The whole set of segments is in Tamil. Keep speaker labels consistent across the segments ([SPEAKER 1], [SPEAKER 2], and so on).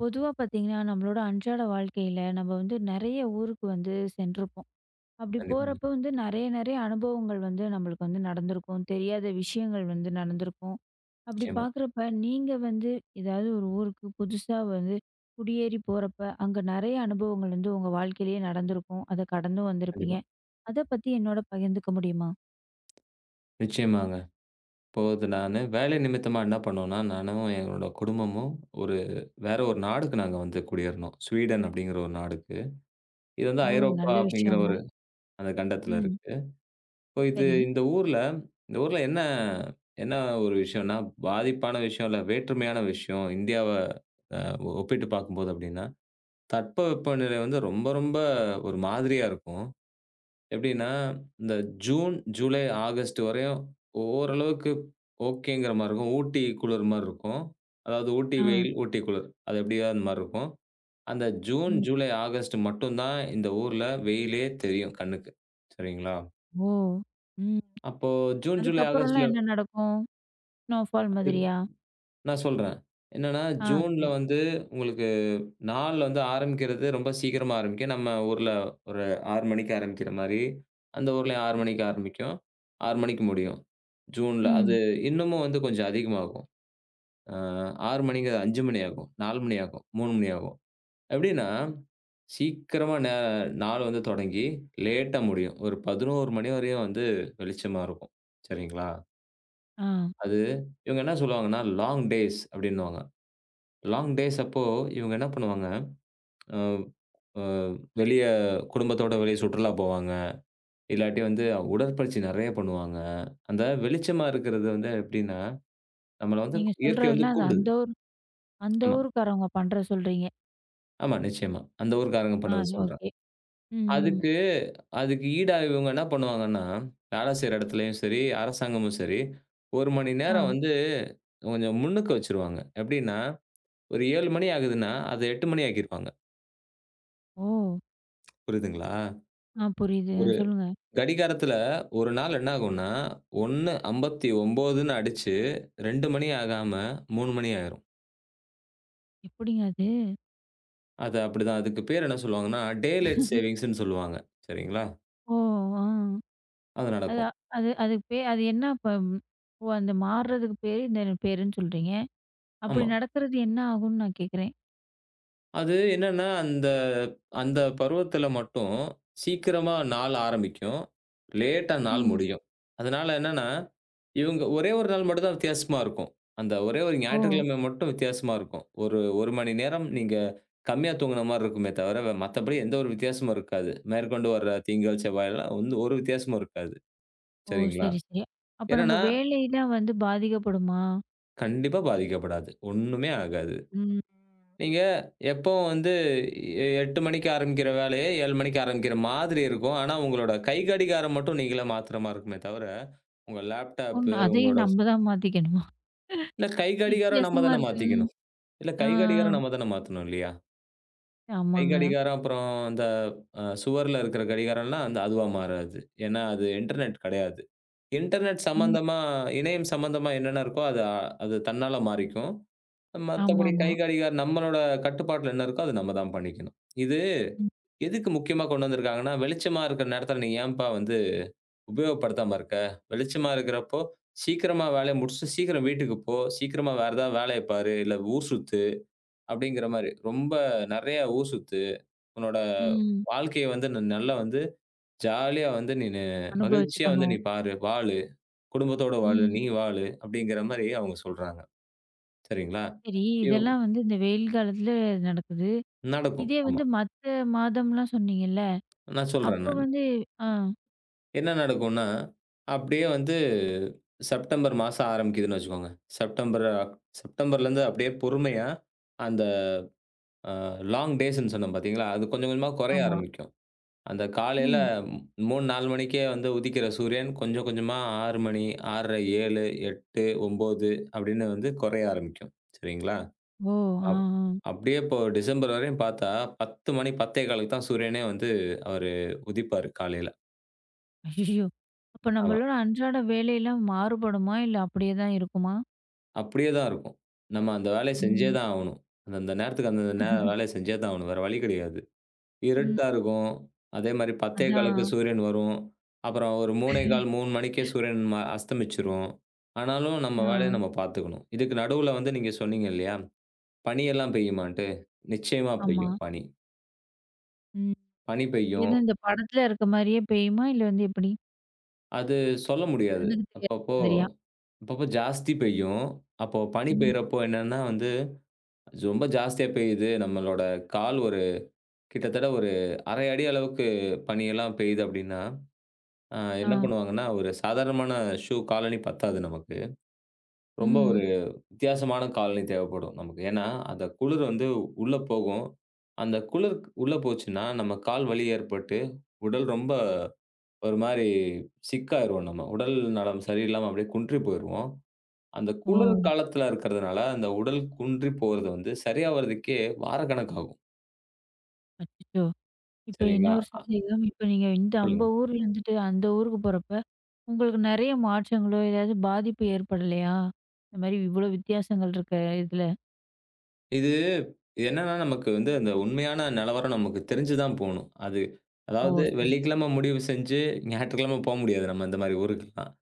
[SPEAKER 1] பொதுவா பார்த்தீங்கன்னா, நம்மளோட அன்றாட வாழ்க்கையில நம்ம வந்து நெறைய ஊருக்கு வந்து சென்றிருப்போம். அப்படி
[SPEAKER 2] கண்டிப்பாங்க.
[SPEAKER 1] போறப்போ வந்து நெறைய, நெறைய அனுபவங்கள் வந்து நம்மளுக்கு வந்து நடந்திருக்கும். தெரியாத விஷயங்கள் வந்து நடந்திருக்கும். அப்படி
[SPEAKER 2] நிச்சயமா,
[SPEAKER 1] பார்க்குறப்ப, நீங்க வந்து ஏதாவது ஒரு ஊருக்கு புதுசா வந்து குடியேறி போறப்ப, அங்க நெறைய அனுபவங்கள் வந்து உங்க வாழ்க்கையிலேயே நடந்திருக்கும். அத கடந்தும் வந்திருப்பீங்க.
[SPEAKER 2] கண்டிப்பா.
[SPEAKER 1] அத பத்தி என்னோட பகிர்ந்துக்க முடியுமா?
[SPEAKER 2] நிச்சயமாங்க. இப்போ அது நானு வேலை நிமித்தமா என்ன பண்ணோம்னா, நானும் எங்களோட குடும்பமும் ஒரு வேற ஒரு நாடுக்கு நாங்க வந்து குடியேறினோம். ஸ்வீடன் அப்படிங்கிற ஒரு நாடுக்கு. இது வந்து
[SPEAKER 1] ஓ!
[SPEAKER 2] ஐரோப்பா
[SPEAKER 1] நல்ல
[SPEAKER 2] அப்படிங்கிற
[SPEAKER 1] விஷயங்க.
[SPEAKER 2] ஒரு அந்த கண்டத்தில
[SPEAKER 1] ம்.
[SPEAKER 2] இருக்கு. இப்போ இது
[SPEAKER 1] சரி.
[SPEAKER 2] இந்த ஊர்ல இந்த ஊர்ல என்ன என்ன ஒரு விஷயம்னா, பாதிப்பான விஷயம் இல்ல, வேற்றுமையான விஷயம் இந்தியாவ அ ஒப்பிட்டு பார்க்கும்போது அப்படின்னா, தட்பவெப்பநிலை வந்து ரொம்ப ரொம்ப ஒரு மாதிரியா இருக்கும். எப்படின்னா, இந்த ஜூன், ஜூலை, ஆகஸ்ட் வரையும் ஓரளவுக்கு ஓகேங்கிற மாரி இருக்கும். ஊட்டி குளிர் மாரி இருக்கும். அதாவது ஊட்டி
[SPEAKER 1] ஆ.
[SPEAKER 2] வெயில், ஊட்டி குளிர். அது எப்படியோ அந்த மாரி இருக்கும். அந்த ஜூன்,
[SPEAKER 1] ம்.
[SPEAKER 2] ஜூலை, ஆகஸ்ட் மட்டும் தான் இந்த ஊர்ல வெயிலே தெரியும் கண்ணுக்கு. சரிங்களா?
[SPEAKER 1] ஓ! ம்.
[SPEAKER 2] அப்போ ஜூன், ஜூலை, ஆகஸ்ட்ல
[SPEAKER 1] அதுக்கப்புறம்லாம் என்ன நடக்கும்? ஸ்னோஃபால்
[SPEAKER 2] அது
[SPEAKER 1] மாதிரியா?
[SPEAKER 2] நான் சொல்றேன். என்னன்னா,
[SPEAKER 1] ஆ,
[SPEAKER 2] ஜூன்ல
[SPEAKER 1] சரி.
[SPEAKER 2] வந்து உங்களுக்கு நாள் வந்து ஆரம்பிக்கிறது ரொம்ப சீக்கிரமா ஆரம்பிக்கும். நம்ம ஊர்ல ஒரு 6 மணிக்கு ஆரம்பிக்கிற மாரி, அந்த ஊர்லயும் 6 மணிக்கு ஆரம்பிக்கும். 6 மணிக்கு முடியும். ஜூன்ல அது
[SPEAKER 1] ம்.
[SPEAKER 2] இன்னமும் வந்து கொஞ்சம் அதிகமாகும். அ 6 மணிங்கிறது 5 மணி ஆகும், 4 மணி ஆகும், 3 மணி ஆகும். எப்படின்னா, சீக்கிரமா நாள் வந்து தொடங்கி, லேட்டா முடியும். ஒரு 11 மணி வரையும் வந்து வெளிச்சமா இருக்கும். சரிங்களா?
[SPEAKER 1] ஆ.
[SPEAKER 2] அது இவங்க என்ன சொல்லுவாங்கன்னா, லாங் டேஸ் அப்படின்னுவாங்க. லாங் டேஸ் அப்போ இவங்க என்ன பண்ணுவாங்க, அ அ வெளிய குடும்பத்தோட வெளிய சுற்றுலா போவாங்க. இல்லாட்டி வந்து உடற்பயிற்சி நெறைய பண்ணுவாங்க. அந்த வெளிச்சமா இருக்கிறது வந்து எப்படின்னா, நம்மள வந்து
[SPEAKER 1] நீங்க
[SPEAKER 2] இயற்கை வந்து
[SPEAKER 1] சொல்றதெல்லாம் அது
[SPEAKER 2] கூப்பிடுது.
[SPEAKER 1] அந்த ஊர் அந்த
[SPEAKER 2] ஆமா,
[SPEAKER 1] ஊருக்காரவங்க பண்ற சொல்றீங்க.
[SPEAKER 2] ஆமா நிச்சயமா. அந்த ஊர்க்காரங்க
[SPEAKER 1] ஆ,
[SPEAKER 2] பண்ணத
[SPEAKER 1] அது
[SPEAKER 2] சொல்றேன்.
[SPEAKER 1] ஓகே. ம், ம்.
[SPEAKER 2] அதுக்கு அதுக்கு ஈடா இவங்க என்ன பண்ணுவாங்கன்னா, வேலை செய்ற இடத்துலயும் சரி, அரசாங்கமும் சரி, 1 மணி
[SPEAKER 1] ஆ.
[SPEAKER 2] நேரம் வந்து கொஞ்சம் முன்னுக்கு வச்சுருவாங்க. எப்படின்னா, ஒரு 7 மணி ஆகுதுன்னா, அத 8 மணி ஆக்கிருவாங்க.
[SPEAKER 1] ஓ!
[SPEAKER 2] புரியுதுங்களா?
[SPEAKER 1] ஆ, புரியுது. ஆ,
[SPEAKER 2] ஒரு
[SPEAKER 1] சொல்லுங்க.
[SPEAKER 2] கடிகாரத்துல ஒரு நாள் என்ன ஆகும்னா, 1:59ன்னு அடிச்சு 2 மணி ஆகாம 3 மணி ஆயிரும்.
[SPEAKER 1] எப்படிங்க அது?
[SPEAKER 2] அது அப்படிதான். அதுக்கு பேர் என்ன சொல்லுவாங்கன்னா, டே லைட் சேவிங்ஸ்ன்னு சொல்லுவாங்க. சரிங்களா?
[SPEAKER 1] ஓ! ஆ.
[SPEAKER 2] அது
[SPEAKER 1] அது
[SPEAKER 2] நடக்கும்.
[SPEAKER 1] அது அதுக்கு அது என்ன அப்ப ம். ஓ, அந்த மாறுறதுக்கு பேரு இந்த பேருன்னு சொல்றீங்க. அப்படி
[SPEAKER 2] ஆமா.
[SPEAKER 1] நடக்கிறது என்ன ஆகும்னு நான் கேட்கிறேன்?
[SPEAKER 2] அது என்னன்னா, அந்த அந்த பருவத்தில மட்டும் சீக்கிரமா நாள் ஆரம்பிக்கும். லேட்டா நாள்
[SPEAKER 1] ம்.
[SPEAKER 2] முடியும். அதனால என்னன்னா, இவங்க ஒரே ஒரு நாள் மட்டும் தான் வித்தியாசமா இருக்கும். அந்த ஒரே ஒரு
[SPEAKER 1] ஓ!
[SPEAKER 2] ஞாயிற்றுக்கிழமை மட்டும் வித்தியாசமா இருக்கும். ஒரு 1 மணி நேரம் நீங்க கம்மியா தூங்குன மாரி இருக்குமே தவிர, மத்தபடி எந்த ஒரு வித்தியாசமும் இருக்காது. மேற்கொண்டு வர்ற திங்கள், செவ்வாயெல்லாம் வந்து ஒரு வித்தியாசமும் இருக்காது.
[SPEAKER 1] ஓ!
[SPEAKER 2] சரிங்களா?
[SPEAKER 1] சரி, சரி. அப்ப நம்ம
[SPEAKER 2] என்னன்னா,
[SPEAKER 1] வேலைலாம் வந்து பாதிக்கப்படுமா?
[SPEAKER 2] கண்டிப்பா பாதிக்கப்படாது. ஒண்ணுமே ஆகாது.
[SPEAKER 1] ம்.
[SPEAKER 2] நீங்க எப்பவும் வந்து 8 மணிக்கு ஆரம்பிக்கிற வேலைய 7 மணிக்கு ஆரம்பிக்கிற மாதிரி இருக்கும். ஆனா, உங்களோட கை கடிகாரம் மட்டும் நீங்களே மாத்துற மாரி இருக்குமே தவிர, உங்க
[SPEAKER 1] ம்.
[SPEAKER 2] லேப்டாப்பு
[SPEAKER 1] அதையும்
[SPEAKER 2] உங்களோட
[SPEAKER 1] நம்ம தான் மாத்திக்கணுமா?
[SPEAKER 2] இல்ல கை கடிகாரம் நம்ம
[SPEAKER 1] வித்தியாசமா
[SPEAKER 2] தானே
[SPEAKER 1] இருக்கு. ம்.
[SPEAKER 2] மாத்திக்கணும். இல்ல
[SPEAKER 1] ஆ.
[SPEAKER 2] கை கடிகாரம் நம்ம தானே மாத்தணும் இல்லையா? கை
[SPEAKER 1] ஆமாங்க.
[SPEAKER 2] கடிகாரம் அப்புறம் அந்த சுவர்ல இருக்கிற கடிகாரம்லாம் அந்த அதுவா மாறாது. ஏன்னா, அது இன்டர்நெட் கிடையாது. இன்டர்நெட்
[SPEAKER 1] ம்.
[SPEAKER 2] சம்மந்தமா இணையம் சம்மந்தமா என்னென்ன இருக்கோ அது அது தன்னால மாறிக்கும். மத்தபடி கை
[SPEAKER 1] ஆமாமா.
[SPEAKER 2] கடிகாரம் நம்மளோட கட்டுப்பாட்டுல என்ன இருக்கோ, அது நம்ம தான் பண்ணிக்கணும். இது
[SPEAKER 1] ம்.
[SPEAKER 2] எதுக்கு முக்கியமா கொண்டு வந்திருக்காங்கன்னா, வெளிச்சமா இருக்கிற நேரத்தில நீ ஏன்பா வந்து உபயோகப்படுத்தாம இருக்க? வெளிச்சமா இருக்கிறப்போ, சீக்கிரமா வேலைய முடிச்சுட்டு சீக்கிரம் வீட்டுக்கு போ. சீக்கிரமா வேற ஏதாவது வேலைய பாரு. இல்ல ஊர் சுத்து அப்படிங்கிற மாரி. ரொம்ப நெறைய ஊர் சுத்து. உன்னோட
[SPEAKER 1] ம்.
[SPEAKER 2] வாழ்க்கைய வந்து நல்லா வந்து ஜாலியா வந்து மகிழ்ச்சியா வந்து
[SPEAKER 1] அனுபவிச்சுக்கணும்.
[SPEAKER 2] நீ பாரு. வாழு. குடும்பத்தோட வாழு.
[SPEAKER 1] ம்.
[SPEAKER 2] நீ வாழு. அப்படிங்கிற மாரி அவங்க சொல்றாங்க. சரிங்களா?
[SPEAKER 1] சரி,
[SPEAKER 2] இவ்
[SPEAKER 1] இதெல்லாம் வந்து இந்த வெயில் காலத்துல நடக்குது.
[SPEAKER 2] நடக்கும்.
[SPEAKER 1] இதே
[SPEAKER 2] ஆமா.
[SPEAKER 1] வந்து மத்த மாதம்லாம் சொன்னீங்கல்ல,
[SPEAKER 2] நான் சொல்றேன்
[SPEAKER 1] அப்போ
[SPEAKER 2] நானு.
[SPEAKER 1] வந்து ஆ,
[SPEAKER 2] என்ன நடக்கும்னா, அப்படியே வந்து செப்டம்பர் மாசம் ஆரம்பிக்குதுன்னு வச்சுக்கோங்க. செப்டம்பர்லேருந்து அப்படியே பொறுமையா அந்த அ லாங் டேஸ்ன்னு சொன்னேன் பார்த்தீங்களா? அது கொஞ்சம் கொஞ்சமா குறைய
[SPEAKER 1] ஆமா.
[SPEAKER 2] ஆரம்பிக்கும். அந்த காலையில
[SPEAKER 1] ம்.
[SPEAKER 2] 3, 4 மணிக்கே வந்து உதிக்கிற சூரியன் கொஞ்சம் கொஞ்சமா 6 மணி, 6:30, 7, 8, 9 அப்படின்னு வந்து குறைய ஆரம்பிக்கும். சரிங்களா?
[SPEAKER 1] ஓ! ஆ,
[SPEAKER 2] அப்
[SPEAKER 1] ஆ.
[SPEAKER 2] அப்படியே இப்போ டிசம்பர் வரையும் பார்த்தா 10 மணி 10:15க்கு தான் சூரியனே வந்து அவரு உதிப்பாரு காலையில.
[SPEAKER 1] ஐயய்யோ! அப்ப
[SPEAKER 2] ஆமா.
[SPEAKER 1] நம்மளோட அன்றாட வேலையெல்லாம் மாறுபடுமா? இல்ல அப்படியே தான் இருக்குமா?
[SPEAKER 2] அப்படியே தான் இருக்கும். நம்ம அந்த வேலைய செஞ்சே
[SPEAKER 1] ம்.
[SPEAKER 2] தான் ஆவணும். அந்தந்த நேரத்துக்கு அந்தந்த வேலைய செஞ்சே தான் ஆவணும். வேற வழி கிடையாது.
[SPEAKER 1] ம்.
[SPEAKER 2] இருட்டா இருக்கும். அதே மாரி 10:15க்கு
[SPEAKER 1] அதான்.
[SPEAKER 2] சூரியன் வரும். அப்புறம் ஒரு 3 1/4, 3 மணிக்கே சூரியன் அஸ்தமிச்சுரும். ஆனாலும் நம்ம
[SPEAKER 1] ஆ,
[SPEAKER 2] வேலைய நம்ம பார்த்துக்கணும். இதுக்கு நடுவுல வந்து நீங்க சொன்னீங்க இல்லையா? பனியெல்லாம் பெய்யுமான்ட்டு? நிச்சயமா
[SPEAKER 1] ஆமா.
[SPEAKER 2] பெய்யும் பனி.
[SPEAKER 1] ம்.
[SPEAKER 2] பனி பெய்யும்.
[SPEAKER 1] ஏன்னா இந்த படத்துல இருக்க மாரியே பெய்யுமா? இல்ல வந்து எப்படி?
[SPEAKER 2] அது சொல்ல முடியாது.
[SPEAKER 1] கண்ணுக்கு தெரியாத
[SPEAKER 2] அப்பப்போ
[SPEAKER 1] மாதிரியா?
[SPEAKER 2] அப்பப்போ ஜாஸ்தி பெய்யும். அப்போ பனி
[SPEAKER 1] ம்.
[SPEAKER 2] பெய்றப்போ என்னன்னா வந்து, ரொம்ப ஜாஸ்தியா பெய்யுது. நம்மளோட கால் ஒரு கிட்டத்தட்ட ஒரு 1/2 அடி அளவுக்கு பனியெல்லாம் பெய்யுது அப்டின்னா, என்ன
[SPEAKER 1] ஆ.
[SPEAKER 2] பண்ணுவாங்கன்னா, ஒரு சாதாரணமான ஷூ காலணி பத்தாது நமக்கு. ரொம்ப
[SPEAKER 1] ம், ம்.
[SPEAKER 2] ஒரு வித்தியாசமான காலணி தேவைப்படும் நமக்கு. ஏன்னா, அந்த குளிர் வந்து உள்ள போகும். அந்த குளிர் உள்ள போச்சுன்னா, நம்ம கால் வலி ஏற்பட்டு, உடல் ரொம்ப ஒரு மாரி சிக்காயிருவோம் நம்ம. உடல் நலம் சரியில்லாம அப்டியே குன்றி போயிருவோம். அந்த
[SPEAKER 1] ஓ!
[SPEAKER 2] குளிர் காலத்துல இருக்கிறதுனால, அந்த உடல் குன்றி போறது வந்து சரியா வர்றதுக்கே வாரக்கணக்காகும்.
[SPEAKER 1] அச்சச்சோ! இப்ப
[SPEAKER 2] சரிங்களா?
[SPEAKER 1] இன்னொரு சந்தேகம். இப்ப நீங்க இந்த நம்ம
[SPEAKER 2] சொல்லுங்க.
[SPEAKER 1] ஊர்ல இருந்துட்டு அந்த ஊருக்கு போறப்ப, உங்களுக்கு நெறைய மாற்றங்களோ, ஏதாவது பாதிப்பு ஏற்படலையா? இந்த மாரி இவ்ளோ வித்தியாசங்கள் இருக்க இதுல.
[SPEAKER 2] இது இது என்னன்னா, நமக்கு வந்து அந்த உண்மையான நிலவரம் நமக்கு தெரிஞ்சு தான் போணும். அது
[SPEAKER 1] ஓ!
[SPEAKER 2] அதாவது
[SPEAKER 1] சரி.
[SPEAKER 2] வெள்ளிக்கிழமை முடிவு செஞ்சு, ஞாயிற்றுக்கிழமை போ முடியாது நம்ம இந்த மாரி ஊருக்குலாம்.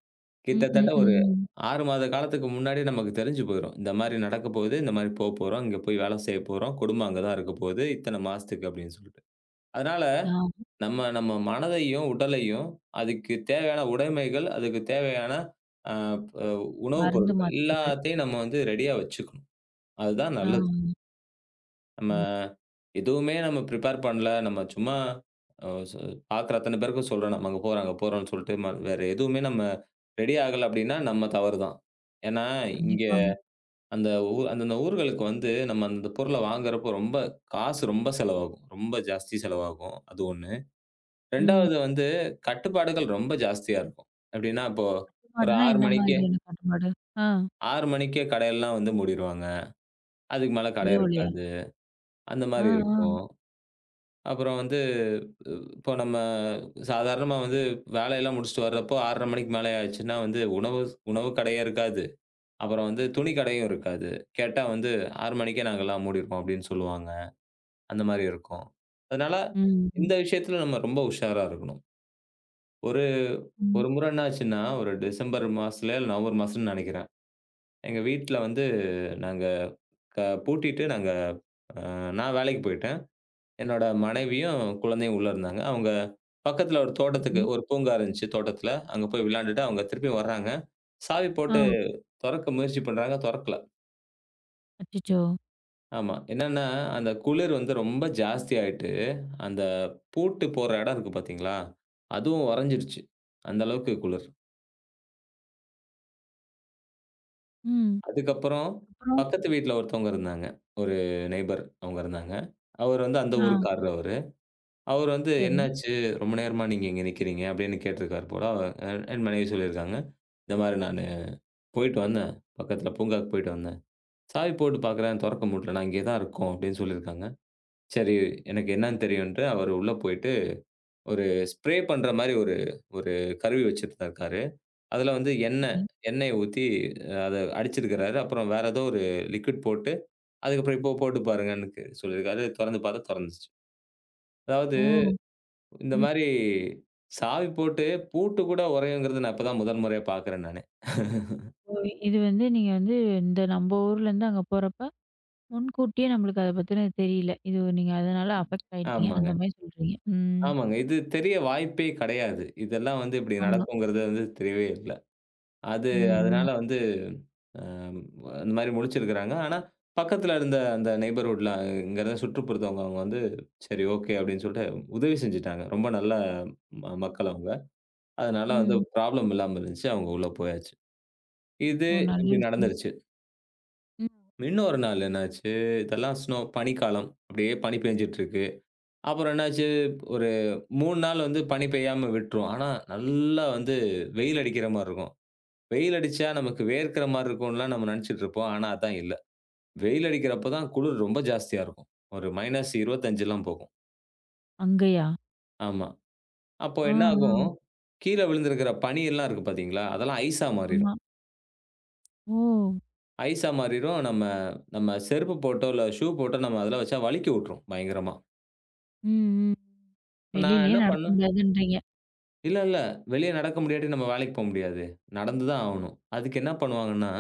[SPEAKER 1] ம், ம்,
[SPEAKER 2] கிட்டத்தட்ட ஒரு
[SPEAKER 1] ம்.
[SPEAKER 2] 6 மாத காலத்துக்கு முன்னாடி நமக்கு தெரிஞ்சு போயிரும். இந்த மாரி நடக்க போகுது, இந்த மாரி போ போறோம், இங்க போய் வேலை செய்ய போறோம், குடும்பம் அங்க தான் இருக்க போகுது, இத்தன மாசத்துக்கு அப்படின்னு சொல்லிட்டு. அதனால
[SPEAKER 1] ஆ,
[SPEAKER 2] நம்ம நம்ம மனதையும், உடலையும் அதுக்கு தேவையான உடைமைகள், அதுக்கு தேவையான அ ப உணவுப்
[SPEAKER 1] மருந்து
[SPEAKER 2] பொருட்கள்
[SPEAKER 1] மாத்திரைகள்.
[SPEAKER 2] எல்லாத்தையும் நம்ம வந்து ரெடியா வச்சுக்கணும். அதுதான்
[SPEAKER 1] ஆ.
[SPEAKER 2] நல்லது. நம்ம
[SPEAKER 1] ம்.
[SPEAKER 2] எதுவுமே நம்ம ப்ரிப்பேர் பண்ணல. நம்ம சும்மா அ சு பார்க்குற அத்தன பேருக்கும் சொல்றோம். நம்ம அங்க போறோம், அங்க போறோம்ன்னு சொல்லிட்டு வேற எதுவுமே நம்ம ரெடி ஆகல அப்டின்னா, நம்ம தவறு தான். ஏன்னா, இங்க
[SPEAKER 1] கண்டிப்பாங்க.
[SPEAKER 2] அந்தந்த ஊர்களுக்கு வந்து நம்ம அந்த பொருள வாங்குறப்போ ரொம்ப காசு ரொம்ப செலவாகும். ரொம்ப ஜாஸ்தி செலவாகும். அது 1.
[SPEAKER 1] ம்.
[SPEAKER 2] 2வது வந்து கட்டுப்பாடுகள் ரொம்ப ஜாஸ்தியா இருக்கும். எப்டின்னா, இப்போ ஒரு
[SPEAKER 1] மாடுனா
[SPEAKER 2] 6
[SPEAKER 1] என்ன
[SPEAKER 2] மணிக்கே
[SPEAKER 1] மாதிரியான காட்டு மாடு? ஆ.
[SPEAKER 2] 6 மணிக்கே கடையெல்லாம் வந்து மூடிருவாங்க. அதுக்கு மேல கடை
[SPEAKER 1] இரவுலயா?
[SPEAKER 2] இருக்காது. அந்த
[SPEAKER 1] ஆ,
[SPEAKER 2] மாரி
[SPEAKER 1] ஆ.
[SPEAKER 2] இருக்கும். அப்புறம் வந்து இப்போ நம்ம சாதாரணமா வந்து வேலையெல்லாம் முடிச்சுட்டு வர்றப்போ 6:30 மணிக்கு மேலே ஆச்சுன்னா வந்து உணவு உணவு கடையே இருக்காது. அப்புறம் வந்து துணி கடையும் இருக்காது. கேட்டா வந்து 6 மணிக்கே நாங்கலாம் மூடிருவோம் அப்டின்னு சொல்லுவாங்க. அந்த மாரி இருக்கும். அதனால
[SPEAKER 1] ம், ம்,
[SPEAKER 2] இந்த விஷயத்துல நம்ம ரொம்ப உஷாரா இருக்கணும். ஒரு
[SPEAKER 1] ம்.
[SPEAKER 2] ஒரு முறை என்ன ஆச்சுன்னா, ஒரு டிசம்பர் மாசத்துலயோ இல்ல நவம்பர் மாசம்னு நெனைக்கிறேன். எங்க வீட்ல வந்து நாங்க க பூட்டிட்டு நாங்க அ நான் வேலைக்கு போயிட்டேன். என்னோட மனைவியும், குழந்தையும் உள்ள இருந்தாங்க. அவங்க பக்கத்துல ஒரு தோட்டத்துக்கு
[SPEAKER 1] சரி.
[SPEAKER 2] ஒரு பூங்கா இருந்துச்சு தோட்டத்துல. அங்க போய் விளையாண்டுட்டு அவங்க திருப்பி வர்றாங்க. சாவி
[SPEAKER 1] ஆ.
[SPEAKER 2] போட்டு தொறக்க முயற்சி பண்றாங்க. தொறக்கல.
[SPEAKER 1] அச்சச்சோ!
[SPEAKER 2] ஆமா. என்னன்னா, அந்த குளிர் வந்து ரொம்ப ஜாஸ்தியாயிட்டு, அந்த பூட்டு போற இடம் இருக்கு பாத்தீங்களா? அதுவும் உறைஞ்சிருச்சு. அந்த அளவுக்கு குளிர்.
[SPEAKER 1] ம்.
[SPEAKER 2] அதுக்கப்புறம்
[SPEAKER 1] அப்புறம்?
[SPEAKER 2] பக்கத்து வீட்ல ஒருத்தவங்க இருந்தாங்க. ஒரு நெய்பர் அவங்க இருந்தாங்க. அவர் வந்து அந்த
[SPEAKER 1] ஆ.
[SPEAKER 2] ஊருக்காரரு அவரு. அவரு வந்து
[SPEAKER 1] சரி,
[SPEAKER 2] "என்னாச்சு? ரொம்ப நேரமா நீங்க இங்க நிக்கிறீங்க" அப்படின்னு கேட்டிருக்காரு போல. என் மனைவி சொல்லியிருக்காங்க. "இந்த மாரி நானு போயிட்டு வந்தேன். பக்கத்துல பூங்காவுக்கு போயிட்டு வந்தேன். சாவி போட்டு பார்க்குறேன் தொறக்க முடியல. நான் இங்கே தான் இருக்கோம்" அப்படின்னு சொல்லியிருக்காங்க. சரி எனக்கு என்னன்னு தெரியும்ன்ட்டு அவரு உள்ள போயிட்டு ஒரு ஸ்ப்ரே பண்ற மாரி ஒரு ஒரு கருவி வச்சிருந்திருக்காரு. அதுல வந்து எண்ணெய்
[SPEAKER 1] சரி.
[SPEAKER 2] எண்ணெய் ஊத்தி அத அடிச்சிருக்கிறாரு. அப்புறம் வேற ஏதோ ஒரு லிக்விட் போட்டு, அதுக்கப்புறம் இப்போ போட்டு பாருங்கன்னு சொல்லியிருக்காரு. தொறந்து பார்த்தா தொறந்துச்சு. அதாவது
[SPEAKER 1] ஓ!
[SPEAKER 2] இந்த மாரி
[SPEAKER 1] ம்.
[SPEAKER 2] சாவி போட்டு பூட்டு கூட உடையுங்கிறது நான் இப்ப தான் முதல் முறையா பார்க்குறேன் நானு.
[SPEAKER 1] ஓ! இது வந்து நீங்க வந்து இந்த நம்ம ஊர்லேருந்து அங்க போறப்ப, முன்கூட்டியே நம்மளுக்கு அத பத்தின தெரியல. இது நீங்க அதனால அஃபெக்ட் ஆயிட்டீங்க. அந்த
[SPEAKER 2] ஆமாங்க,
[SPEAKER 1] மாரி சொல்றீங்க. ம்.
[SPEAKER 2] ஆமாங்க. இது தெரிய வாய்ப்பே கிடையாது. இதெல்லாம் வந்து இப்படி
[SPEAKER 1] ஆமா.
[SPEAKER 2] நடக்குங்கிறது வந்து தெரியவே இல்ல. அது
[SPEAKER 1] ம், ம்.
[SPEAKER 2] அதனால வந்து அ அந்த மாரி முழிச்சிருக்கிறாங்க. ஆனா பக்கத்துல இருந்த அந்த நெய்பர்ஹுட்ல இங்க இருந்த சுற்றுப்புறத்தவங்க அவங்க வந்து சரி ஓகே அப்படின்னு சொல்லிட்டு உதவி செஞ்சுட்டாங்க. ரொம்ப நல்ல மக்கள் அவங்க. அதனால வந்து
[SPEAKER 1] ம்.
[SPEAKER 2] ப்ராப்ளம் இல்லாம இருந்துச்சு. அவங்க உள்ள போயாச்சு. இது
[SPEAKER 1] ஓ! நல்ல
[SPEAKER 2] இப்படி
[SPEAKER 1] விஷயம்.
[SPEAKER 2] நடந்துருச்சு.
[SPEAKER 1] ம்.
[SPEAKER 2] இன்னொரு நாள் என்னாச்சு, இதெல்லாம் ஸ்னோ பனிக்காலம். அப்படியே பனி பேஞ்சுட்டு இருக்கு. அப்புறம் என்னாச்சு, ஒரு 3 நாள் வந்து பனி பெய்யாம விட்டுரும். ஆனா, நல்லா வந்து வெயில் அடிக்கிற மாரி இருக்கும். வெயில் அடிச்சா நமக்கு வேர்க்கிற மாரி இருக்கும்லாம் நம்ம நெனச்சுட்டு இருப்போம். ஆனா, அதான் இல்ல. வெயில் அடிக்கிறப்ப தான் குளிர் ரொம்ப ஜாஸ்தியா இருக்கும். ஒரு -25லாம் போகும்.
[SPEAKER 1] அங்கயா?
[SPEAKER 2] ஆமா. அப்போ
[SPEAKER 1] ஆ,
[SPEAKER 2] என்ன ஆகும்,
[SPEAKER 1] ஆ.
[SPEAKER 2] கீழ விழுந்திருக்கிற பனியெல்லாம் இருக்கு பாத்தீங்களா, அதெல்லாம் ஐஸா
[SPEAKER 1] ஆமா.
[SPEAKER 2] மாறிரும்.
[SPEAKER 1] ஓ!
[SPEAKER 2] ஐஸா மாறிரும். நம்ம நம்ம செருப்பு போட்டோ, இல்ல ஷூ போட்டோ நம்ம அதுல வச்சா வழுக்கி விட்டுரும் பயங்கரமா.
[SPEAKER 1] ம், ம்.
[SPEAKER 2] இப்ப நான்
[SPEAKER 1] வெளியிலயே
[SPEAKER 2] என்ன
[SPEAKER 1] நடக்க
[SPEAKER 2] பண்ண
[SPEAKER 1] முடியாதுன்றீங்க.
[SPEAKER 2] இல்ல, இல்ல. வெளிய நடக்க முடியாட்டி நம்ம வேலைக்கு போ முடியாது. நடந்து தான் ஆவணும். அதுக்கு என்ன பண்ணுவாங்கன்னா,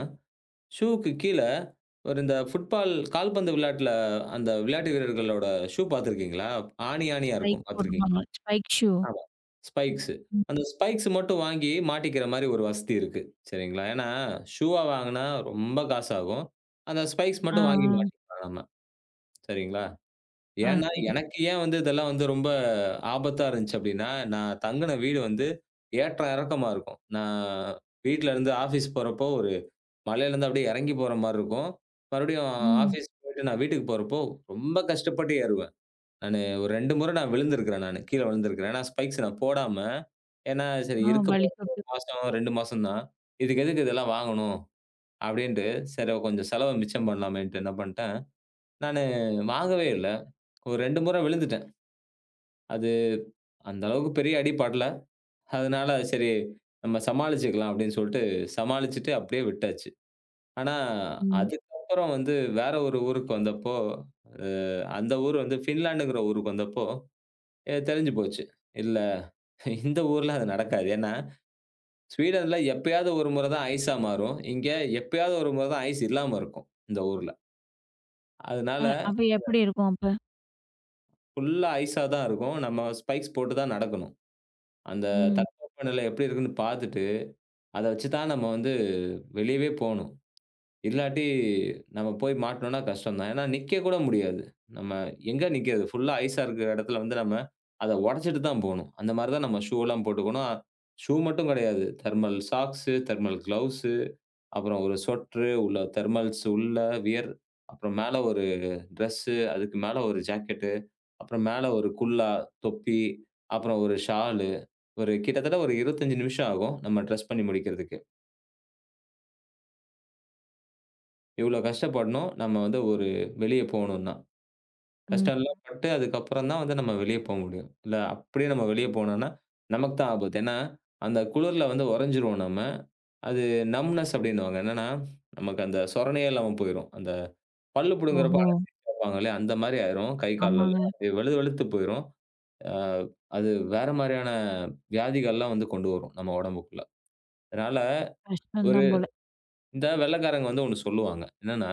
[SPEAKER 2] ஷூக்கு கீழ ஒரு இந்த ஃபுட்பால் கால்பந்து விளையாட்டுல அந்த விளையாட்டு வீரர்களோட ஷூ பார்த்திருக்கீங்களா? ஆணி, ஆணியா
[SPEAKER 1] ஸ்பைக்
[SPEAKER 2] இருக்கும். பார்த்திருக்கீங்க.
[SPEAKER 1] போட்டுருப்பாங்க. Spike shoe.
[SPEAKER 2] ஆமா. ஸ்பைக்ஸு.
[SPEAKER 1] ம்.
[SPEAKER 2] அந்த ஸ்பைக்ஸ் மட்டும் வாங்கி மாட்டிக்கிற மாரி ஒரு வசதி இருக்கு. சரிங்களா? ஏன்னா, ஷூவா வாங்குனா ரொம்ப காசாகும். அந்த ஸ்பைக்ஸ்
[SPEAKER 1] ஆ,
[SPEAKER 2] மட்டும் வாங்கி
[SPEAKER 1] ஆ.
[SPEAKER 2] மாட்டிக்கலாம் நம்ம. சரிங்களா?
[SPEAKER 1] ஆ,
[SPEAKER 2] ஏன்னா,
[SPEAKER 1] சரி.
[SPEAKER 2] எனக்கு ஏன் வந்து இதெல்லாம் வந்து ரொம்ப ஆபத்தா இருந்துச்சு அப்டின்னா, நான் தங்குன வீடு வந்து ஏற்ற இறக்கமா இருக்கும். நான் வீட்லருந்து ஆஃபீஸ் போறப்போ, ஒரு மலையிலருந்து அப்டியே எறங்கி போற மாரி இருக்கும். மறுபடியும்
[SPEAKER 1] ம்.
[SPEAKER 2] ஆஃபீஸ் போயிட்டு நான் வீட்டுக்கு போறப்போ, ரொம்ப கஷ்டப்பட்டு ஏறுவேன். நானு ஒரு 2 முறை நான் விழுந்திருக்கிறேன் நானு. கீழ விழுந்திருக்கிறேன். ஏன்னா ஸ்பைக்ஸ் நான் போடாம, ஏன்னா சரி
[SPEAKER 1] ஆ,
[SPEAKER 2] இருக்க போற
[SPEAKER 1] வழித்தோட்டு.
[SPEAKER 2] மாசம் 2 மாசம் தான். இதுக்கு எதுக்கு இதெல்லாம் வாங்கணும்? அப்டின்ட்டு, சரி கொஞ்சம் செலவ மிச்சம் பண்ணலாமேன்ட்டு என்ன பண்ட்டேன், நானு வாங்கவே இல்ல. ஒரு 2 முறை விழுந்துட்டேன். அது அந்த அளவுக்கு பெரிய அடி படல. அதனால சரி நம்ம சமாளிச்சுக்கலாம் அப்படின்னு சொல்லிட்டு சமாளிச்சுட்டு அப்படியே விட்டாச்சு. ஆனா,
[SPEAKER 1] ம்.
[SPEAKER 2] அதுக்கப்புறம் வந்து வேற ஒரு ஊருக்கு வந்தப்போ, அ அந்த ஊர் வந்து ஃபின்லாண்டுங்கிற ஊருக்கு வந்தப்போ தெரிஞ்சு போச்சு. இல்ல இந்த ஊர்ல அது நடக்காது. ஏன்னா, ஸ்வீடன்ல எப்பயாவது ஒரு முறை தான் ஐஸா மாறும். இங்க எப்பயாவது ஒரு முறை தான் ஐஸ் இல்லாம இருக்கும், இந்த ஊர்ல.
[SPEAKER 1] அ
[SPEAKER 2] அதனால
[SPEAKER 1] அப்ப எப்படி இருக்கும் அப்ப?
[SPEAKER 2] ஃபுல்லா ஐஸா தான் இருக்கும். நம்ம ஸ்பைக்ஸ் போட்டு தான் நடக்கணும். அந்த
[SPEAKER 1] ம்.
[SPEAKER 2] தட்பவெப்பநிலை எப்படி இருக்குன்னு பார்த்துட்டு அத வச்சு தான் நம்ம வந்து வெளியவே போணும். இல்லாட்டி நம்ம போய் மாட்டனோம்னா கஷ்டம் தான். ஏன்னா நிக்க கூட முடியாது. நம்ம எங்க நிக்கிறது? ஃபுல்லா ஐஸா இருக்கிற இடத்துல வந்து நம்ம அத உடைச்சிட்டு தான் போணும். அந்த மாரி தான் நம்ம ஷூலாம் போட்டுக்கணும். ஷூ மட்டும் கிடையாது. தெர்மல் சாக்ஸு, தெர்மல் கிளவுஸு, அப்புறம் ஒரு சொட்டரு, உள்ள தெர்மல்ஸ் உள்ள வியர், அப்புறம் மேல ஒரு ட்ரெஸ்ஸு, அதுக்கு மேல ஒரு ஜாக்கெட்டு, அப்புறம் மேல ஒரு குல்லா, தொப்பி, அப்புறம் ஒரு ஷாலு. கிட்டத்தட்ட ஒரு 25 நிமிஷம் ஆகும். நம்ம ட்ரெஸ் பண்ணி முடிக்கிறதுக்கே. இவ்வளோ கஷ்டப்படணும். நம்ம வந்து ஒரு வெளிய போணும்னா.
[SPEAKER 1] ம்.
[SPEAKER 2] கஷ்டம்லாம் பட்டு அதுக்கப்புறம் தான் வந்து நம்ம வெளிய போ முடியும். இல்ல அப்படியே நம்ம வெளிய போனோம்னா, நமக்கு தான் ஆபத்து. ஏன்னா, அந்த குளிர்ல வந்து உறைஞ்சிருவோம் நம்ம. அது நம்ப்னஸ் அப்படின்னுவாங்க. என்னன்னா, நமக்கு அந்த சொரணையே இல்லாம போயிரும். அந்த பல்லு புடுங்குறப்ப
[SPEAKER 1] ஓஹோ!
[SPEAKER 2] அனஸ்தீசியா வைப்பாங்க இல்லையா? அந்த மாரி ஆயிரும். கை கால்லலாம்
[SPEAKER 1] ஆமாங்க.
[SPEAKER 2] அப்படியே வெளு வெளுத்து போயிரும். அ அது வேற மாரியான வியாதிகள்லாம் வந்து கொண்டு வரும் நம்ம உடம்புக்குள்ள. அதனால
[SPEAKER 1] கஷ்டம்
[SPEAKER 2] ஒரு
[SPEAKER 1] தான் போல.
[SPEAKER 2] இந்த வெள்ளைக்காரங்க வந்து ஒண்ணு சொல்லுவாங்க. என்னன்னா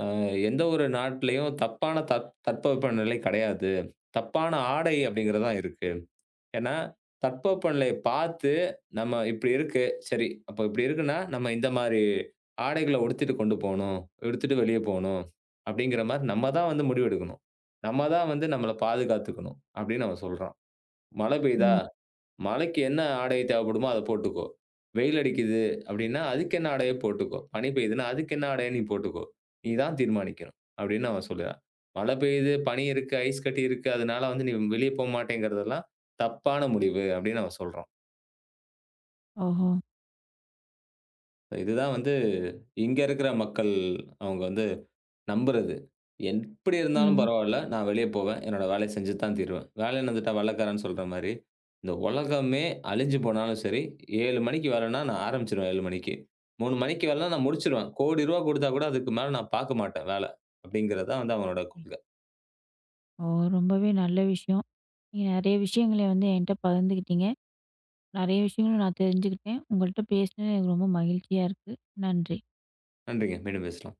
[SPEAKER 2] அ எந்த ஒரு நாட்டிலயும் தப்பான தட்பவெப்பநிலை கிடையாது. தப்பான ஆடை அப்படிங்கிறது தான் இருக்கு. ஏன்னா, தட்பவெப்பநிலைய பார்த்து நம்ம இப்படி இருக்கு. சரி, அப்ப இப்படி இருக்குன்னா, நம்ம இந்த மாரி ஆடைகள உடுத்திட்டு கொண்டு போணும். உடுத்திட்டு வெளிய போணும். அப்படிங்கிற மாரி நம்ம தான் வந்து முடிவெடுக்கணும். நம்ம தான் வந்து நம்மள பாதுகாத்துக்கணும் அப்படின்னு அவன் சொல்றான். மழை பெய்யுதா?
[SPEAKER 1] ம்.
[SPEAKER 2] மழைக்கு என்ன ஆடை தேவைப்படுமோ அத போட்டுக்கோ. வெயில் அடிக்குது அப்டின்னா, அதுக்கு என்ன ஆடைய போட்டுக்கோ. பனி பெய்யுதுன்னா, அதுக்கு என்ன ஆடைய நீ போட்டுக்கோ. நீ தான் தீர்மானிக்கணும். அப்டின்னு அவன் சொல்லுறான். மழை பெய்யுது, பனி இருக்கு, ஐஸ் கட்டி இருக்கு. அதனால வந்து நீ வெளிய போ மாட்டேங்கிறதெல்லாம் தப்பான முடிவு அப்டின்னு அவன் சொல்றான்.
[SPEAKER 1] ஓஹோ!
[SPEAKER 2] இதுதான் வந்து இங்க இருக்கிற மக்கள் அவங்க வந்து நம்புறது. எப்படி இருந்தாலும்
[SPEAKER 1] ம்.
[SPEAKER 2] பரவால்ல. நான் வெளிய போவேன். என்னோட வேலைய செஞ்சு தான் தீருவேன். வேலைன்னு வந்துட்டா வெள்ளைக்காரன்னு சொல்ற மாரி, இந்த உலகமே அழிஞ்சு போனாலும் சரி, 7 மணிக்கு வேலைன்னா நான் ஆரம்பிச்சுருவேன் 7 மணிக்கு. 3 மணிக்கு வேலைன்னா நான் முடிச்சுருவேன். கோடி ரூவா குடுத்தா கூட அதுக்கு மேல நான் பாக்க மாட்டேன் வேல. அப்படிங்கிறது தான் வந்து அவனோட கொள்கை.
[SPEAKER 1] ஓ! ரொம்பவே நல்ல விஷயம். நீங்க நெறைய விஷயங்கள வந்து என்ட்ட பகிர்ந்துக்கிட்டீங்க. நெறைய விஷயங்களும் நான் தெரிஞ்சுக்கிட்டேன். உங்கள்ட்ட பேசினது எனக்கு ரொம்ப மகிழ்ச்சியா இருக்கு. நன்றி.
[SPEAKER 2] நன்றிங்க. மீண்டும் பேசலாம்.